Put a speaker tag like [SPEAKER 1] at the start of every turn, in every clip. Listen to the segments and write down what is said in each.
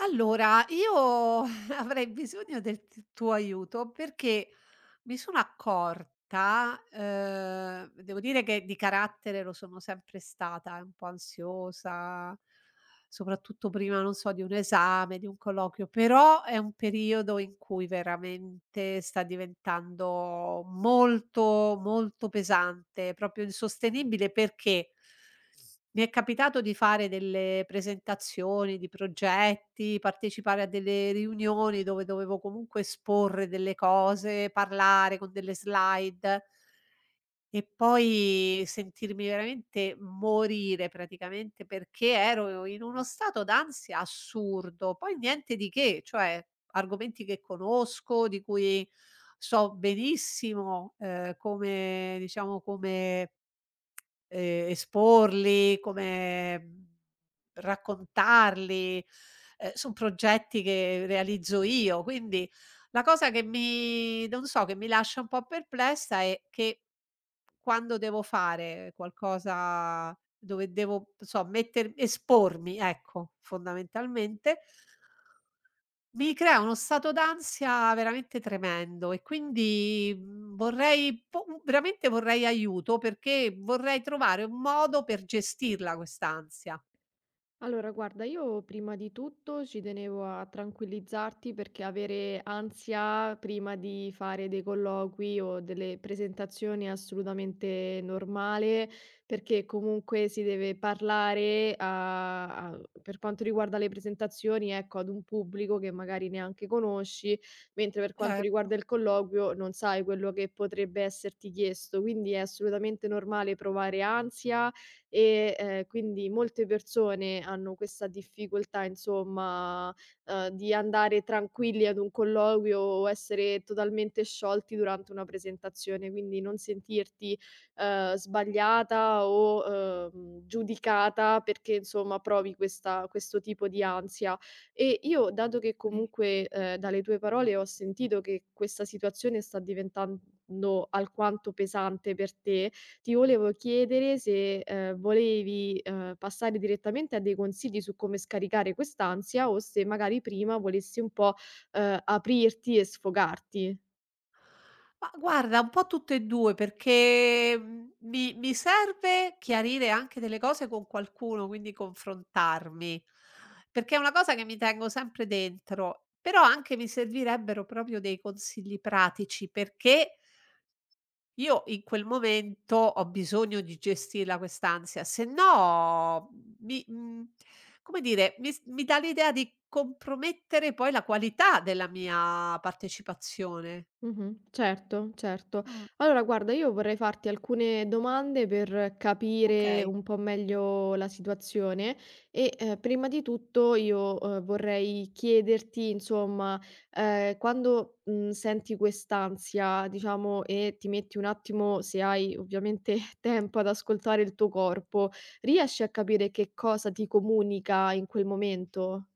[SPEAKER 1] Allora, io avrei bisogno del t tuo aiuto perché mi sono accorta, devo dire che di carattere lo sono sempre stata, un po' ansiosa, soprattutto prima, non so, di un esame, di un colloquio, però è un periodo in cui veramente sta diventando molto, molto pesante, proprio insostenibile perché mi è capitato di fare delle presentazioni di progetti, partecipare a delle riunioni dove dovevo comunque esporre delle cose, parlare con delle slide. E poi sentirmi veramente morire praticamente perché ero in uno stato d'ansia assurdo. Poi niente di che, cioè argomenti che conosco, di cui so benissimo, come diciamo come esporli, raccontarli, son progetti che realizzo io, quindi la cosa che mi non so, che mi lascia un po' perplessa è che quando devo fare qualcosa dove devo, non so, metter espormi, ecco, fondamentalmente mi crea uno stato d'ansia veramente tremendo e quindi, veramente vorrei aiuto perché vorrei trovare un modo per gestirla quest'ansia.
[SPEAKER 2] Allora, guarda, io prima di tutto ci tenevo a tranquillizzarti perché avere ansia prima di fare dei colloqui o delle presentazioni è assolutamente normale, perché comunque si deve parlare per quanto riguarda le presentazioni, ecco, ad un pubblico che magari neanche conosci, mentre per quanto
[SPEAKER 1] Certo,
[SPEAKER 2] riguarda il colloquio non sai quello che potrebbe esserti chiesto, quindi è assolutamente normale provare ansia quindi molte persone hanno questa difficoltà insomma, di andare tranquilli ad un colloquio o essere totalmente sciolti durante una presentazione, quindi non sentirti, sbagliata o, giudicata perché insomma provi questa questo tipo di ansia. E io dato che
[SPEAKER 1] okay.
[SPEAKER 2] comunque, dalle tue parole ho sentito che questa situazione sta diventando alquanto pesante per te, ti volevo chiedere se, volevi, passare direttamente a dei consigli su come scaricare quest'ansia o se magari prima volessi un po', aprirti e sfogarti.
[SPEAKER 1] Ma guarda, un po' tutte e 2 perché, mi serve chiarire anche delle cose con qualcuno, quindi confrontarmi, perché è una cosa che mi tengo sempre dentro, però anche mi servirebbero proprio dei consigli pratici perché io in quel momento ho bisogno di gestirla quest'ansia, se no mi mhmm, come dire, mi dà l'idea di compromettere poi la qualità della mia partecipazione.
[SPEAKER 2] Mh-mh. Certo, certo.
[SPEAKER 1] Mh,
[SPEAKER 2] Allora guarda, io vorrei farti alcune domande per capire
[SPEAKER 1] okay.
[SPEAKER 2] un po' meglio la situazione prima di tutto io, vorrei chiederti insomma, quando, senti quest'ansia, diciamo, e ti metti un attimo, se hai ovviamente tempo, ad ascoltare il tuo corpo, riesci a capire che cosa ti comunica in quel momento?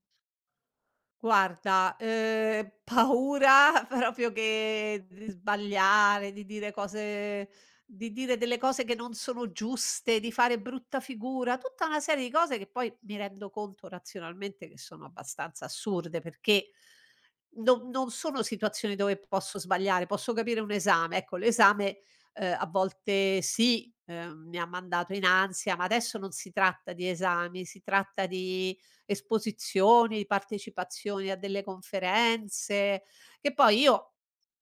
[SPEAKER 1] Guarda, paura proprio che di sbagliare, di dire delle cose che non sono giuste, di fare brutta figura, tutta una serie di cose che poi mi rendo conto razionalmente che sono abbastanza assurde, perché non sono situazioni dove posso sbagliare, posso capire un esame. Ecco, l'esame, a volte sì, mi ha mandato in ansia, ma adesso non si tratta di esami, si tratta di esposizioni, di partecipazioni a delle conferenze, che poi io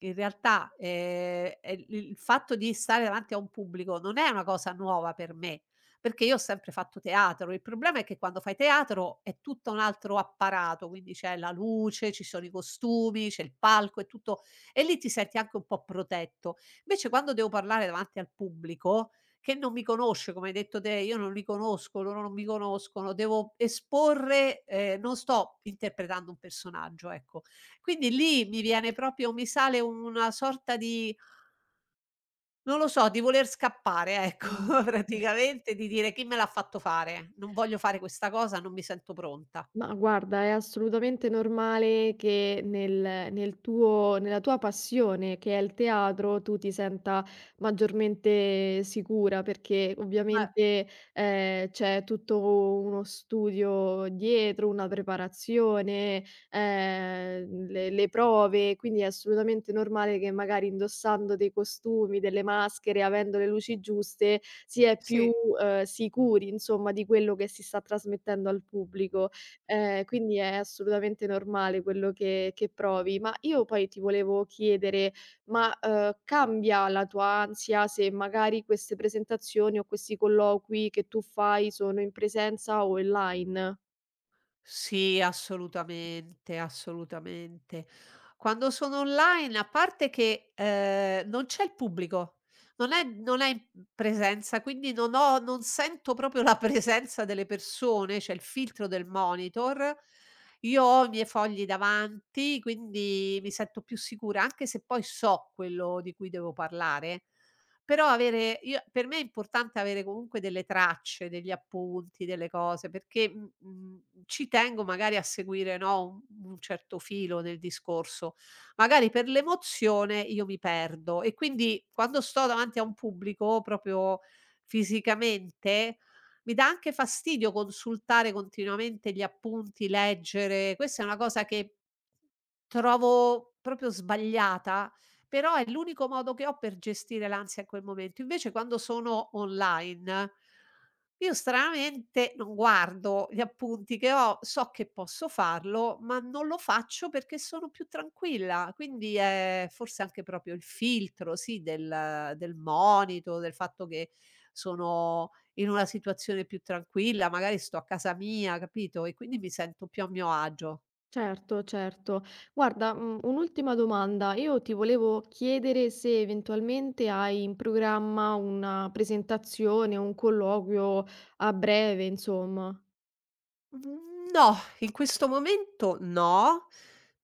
[SPEAKER 1] in realtà, ehm, è il fatto di stare davanti a un pubblico non è una cosa nuova per me, perché io ho sempre fatto teatro. Il problema è che quando fai teatro è tutto un altro apparato, quindi c'è la luce, ci sono i costumi, c'è il palco, è tutto e lì ti senti anche un po' protetto. Invece quando devo parlare davanti al pubblico, che non mi conosce, come hai detto te, io non li conosco, loro non mi conoscono, devo esporre, non sto interpretando un personaggio, ecco. Quindi lì mi viene proprio mi sale una sorta di, non lo so, di voler scappare, ecco,
[SPEAKER 2] Mh.
[SPEAKER 1] praticamente, di dire: "Chi me l'ha fatto fare? Non voglio fare questa cosa, non mi sento pronta".
[SPEAKER 2] Ma guarda, è assolutamente normale che nella tua passione, che è il teatro, tu ti senta maggiormente sicura perché
[SPEAKER 1] Ma
[SPEAKER 2] ovviamente c'è tutto uno studio dietro, una preparazione, le prove, quindi è assolutamente normale che magari indossando dei costumi, delle maschere, avendo le luci giuste, si è più
[SPEAKER 1] sì.
[SPEAKER 2] sicuri, insomma, di quello che si sta trasmettendo al pubblico. Quindi è assolutamente normale quello che provi. Ma io poi ti volevo chiedere, ma, cambia la tua ansia se magari queste presentazioni o questi colloqui che tu fai sono in presenza o online?
[SPEAKER 1] Sì, assolutamente, assolutamente. Quando sono online, a parte che, non c'è il pubblico, non è in presenza, quindi non sento proprio la presenza delle persone, c'è il filtro del monitor. Io ho i miei fogli davanti, quindi mi sento più sicura, anche se poi so quello di cui devo parlare. Però avere io per me è importante avere comunque delle tracce, degli appunti, delle cose, perché, ci tengo magari a seguire, no, un certo filo del discorso. Magari per l'emozione io mi perdo e quindi quando sto davanti a un pubblico proprio fisicamente, mi dà anche fastidio consultare continuamente gli appunti, leggere. Questa è una cosa che trovo proprio sbagliata, però è l'unico modo che ho per gestire l'ansia in quel momento. Invece quando sono online, io stranamente non guardo gli appunti che ho, so che posso farlo, ma non lo faccio perché sono più tranquilla. Quindi è forse anche proprio il filtro, sì, del monito, del fatto che sono in una situazione più tranquilla, magari sto a casa mia, capito? E quindi mi sento più a mio agio.
[SPEAKER 2] Certo, certo. Guarda, un'ultima domanda. Io ti volevo chiedere se eventualmente hai in programma una presentazione, un colloquio a breve, insomma.
[SPEAKER 1] Mhmm, no, in questo momento no,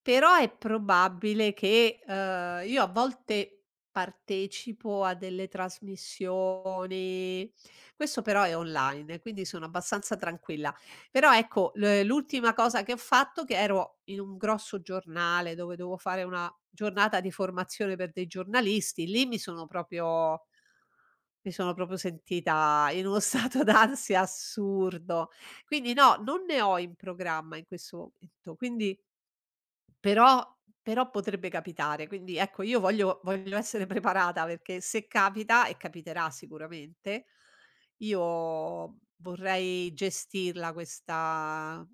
[SPEAKER 1] però è probabile che, io a volte partecipo a delle trasmissioni, questo però è online, e quindi sono abbastanza tranquilla. Però ecco, l'ultima cosa che ho fatto, che ero in un grosso giornale dove dovevo fare una giornata di formazione per dei giornalisti, lì mi sono proprio sentita in uno stato d'ansia assurdo. Quindi no, non ne ho in programma in questo momento, quindi però però potrebbe capitare. Quindi ecco, io voglio essere preparata perché se capita, e capiterà sicuramente, io vorrei gestirla questa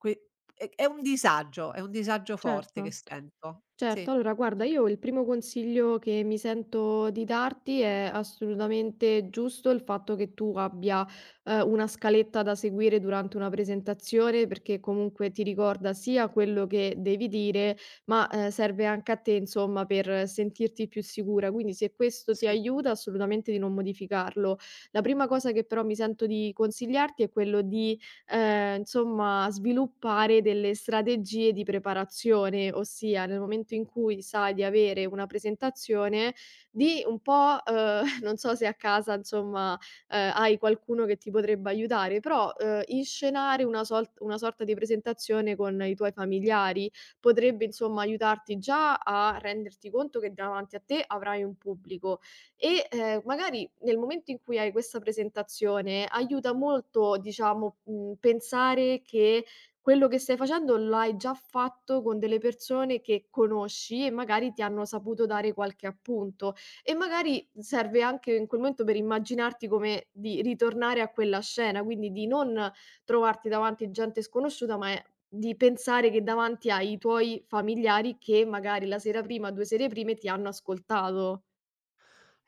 [SPEAKER 1] que è un disagio forte che
[SPEAKER 2] Certo.
[SPEAKER 1] sento. Sì,
[SPEAKER 2] Certo, allora guarda, io il primo consiglio che mi sento di darti è assolutamente giusto il fatto che tu abbia una scaletta da seguire durante una presentazione, perché comunque ti ricorda sia quello che devi dire, ma serve anche a te, insomma, per sentirti più sicura. Quindi se questo ti
[SPEAKER 1] sì.
[SPEAKER 2] aiuta, assolutamente di non modificarlo. La prima cosa che però mi sento di consigliarti è quello di insomma, sviluppare delle strategie di preparazione, ossia nel momento in cui sai di avere una presentazione, di un po', non so se a casa insomma, hai qualcuno che ti potrebbe aiutare, però, inscenare una sorta di presentazione con i tuoi familiari, potrebbe insomma aiutarti già a renderti conto che davanti a te avrai un pubblico. E magari nel momento in cui hai questa presentazione aiuta molto, diciamo, pensare che quello che stai facendo l'hai già fatto con delle persone che conosci e magari ti hanno saputo dare qualche appunto. E magari serve anche in quel momento per immaginarti come di ritornare a quella scena, quindi di non trovarti davanti gente sconosciuta, ma è di pensare che davanti hai i tuoi familiari che magari la sera prima, 2 sere prime ti hanno ascoltato.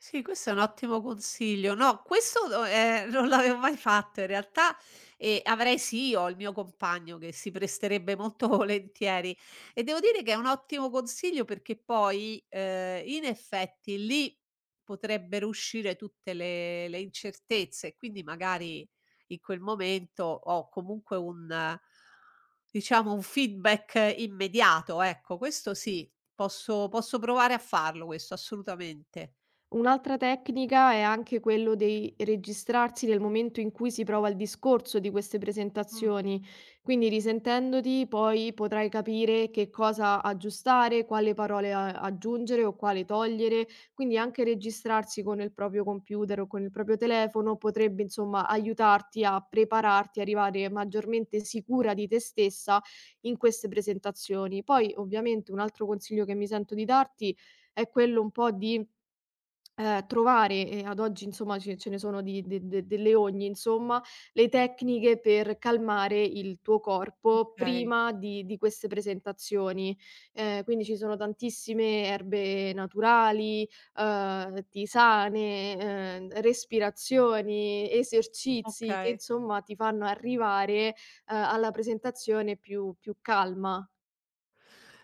[SPEAKER 1] Sì, questo è un ottimo consiglio. No, questo no, non l'avevo mai fatto in realtà e avrei sì io il mio compagno che si presterebbe molto volentieri, e devo dire che è un ottimo consiglio perché poi, in effetti lì potrebbero uscire tutte le incertezze e quindi magari in quel momento ho comunque un diciamo un feedback immediato, ecco. Questo sì, posso provare a farlo questo, assolutamente.
[SPEAKER 2] Un'altra tecnica è anche quello di registrarsi nel momento in cui si prova il discorso di queste
[SPEAKER 1] Mh.
[SPEAKER 2] presentazioni, quindi risentendoti poi potrai capire che cosa aggiustare, quale parole aggiungere o quale togliere, quindi anche registrarsi con il proprio computer o con il proprio telefono potrebbe insomma aiutarti a prepararti, arrivare maggiormente sicura di te stessa in queste presentazioni. Poi ovviamente un altro consiglio che mi sento di darti è quello un po' di trovare e ad oggi insomma ce ne sono di de de delle ogni insomma, le tecniche per calmare il tuo corpo
[SPEAKER 1] Okay,
[SPEAKER 2] prima di queste presentazioni. Quindi ci sono tantissime erbe naturali, tisane, respirazioni, esercizi che
[SPEAKER 1] okay.
[SPEAKER 2] insomma ti fanno arrivare, alla presentazione più calma.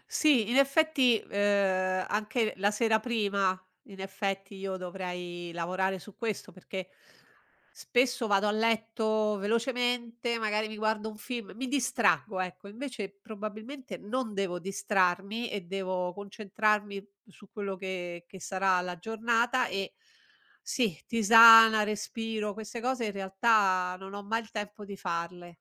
[SPEAKER 1] Sì, in effetti, anche la sera prima, in effetti io dovrei lavorare su questo perché spesso vado a letto velocemente, magari mi guardo un film, mi distraggo, ecco. Invece probabilmente non devo distrarmi e devo concentrarmi su quello che sarà la giornata e sì, tisana, respiro, queste cose in realtà non ho mai il tempo di farle.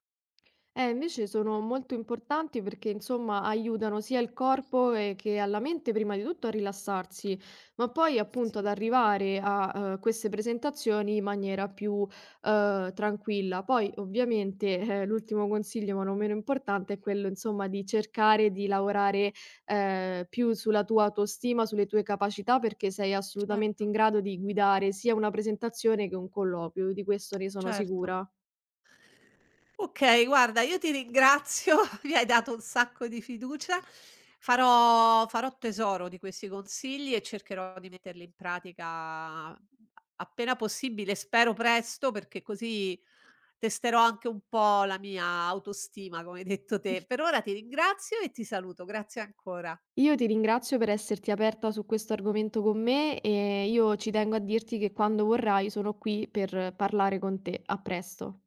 [SPEAKER 2] Invece sono molto importanti perché, insomma, aiutano sia il corpo e che alla mente, prima di tutto, a rilassarsi, ma poi appunto ad
[SPEAKER 1] Sì.
[SPEAKER 2] arrivare a queste presentazioni in maniera più tranquilla. Poi, ovviamente, l'ultimo consiglio, ma non meno importante, è quello, insomma, di cercare di lavorare più sulla tua autostima, sulle tue capacità, perché sei assolutamente in
[SPEAKER 1] Certo.
[SPEAKER 2] grado di guidare sia una presentazione che un colloquio, di questo ne sono
[SPEAKER 1] Certo.
[SPEAKER 2] sicura.
[SPEAKER 1] Okay, guarda io ti ringrazio, mi hai dato un sacco di fiducia. Farò tesoro di questi consigli e cercherò di metterli in pratica appena possibile, spero presto, perché così testerò anche un po' la mia autostima, come hai detto te. Per ora ti ringrazio e ti saluto. Grazie ancora.
[SPEAKER 2] Io ti ringrazio per esserti aperta su questo argomento con me e io ci tengo a dirti che quando vorrai sono qui per parlare con te. A presto.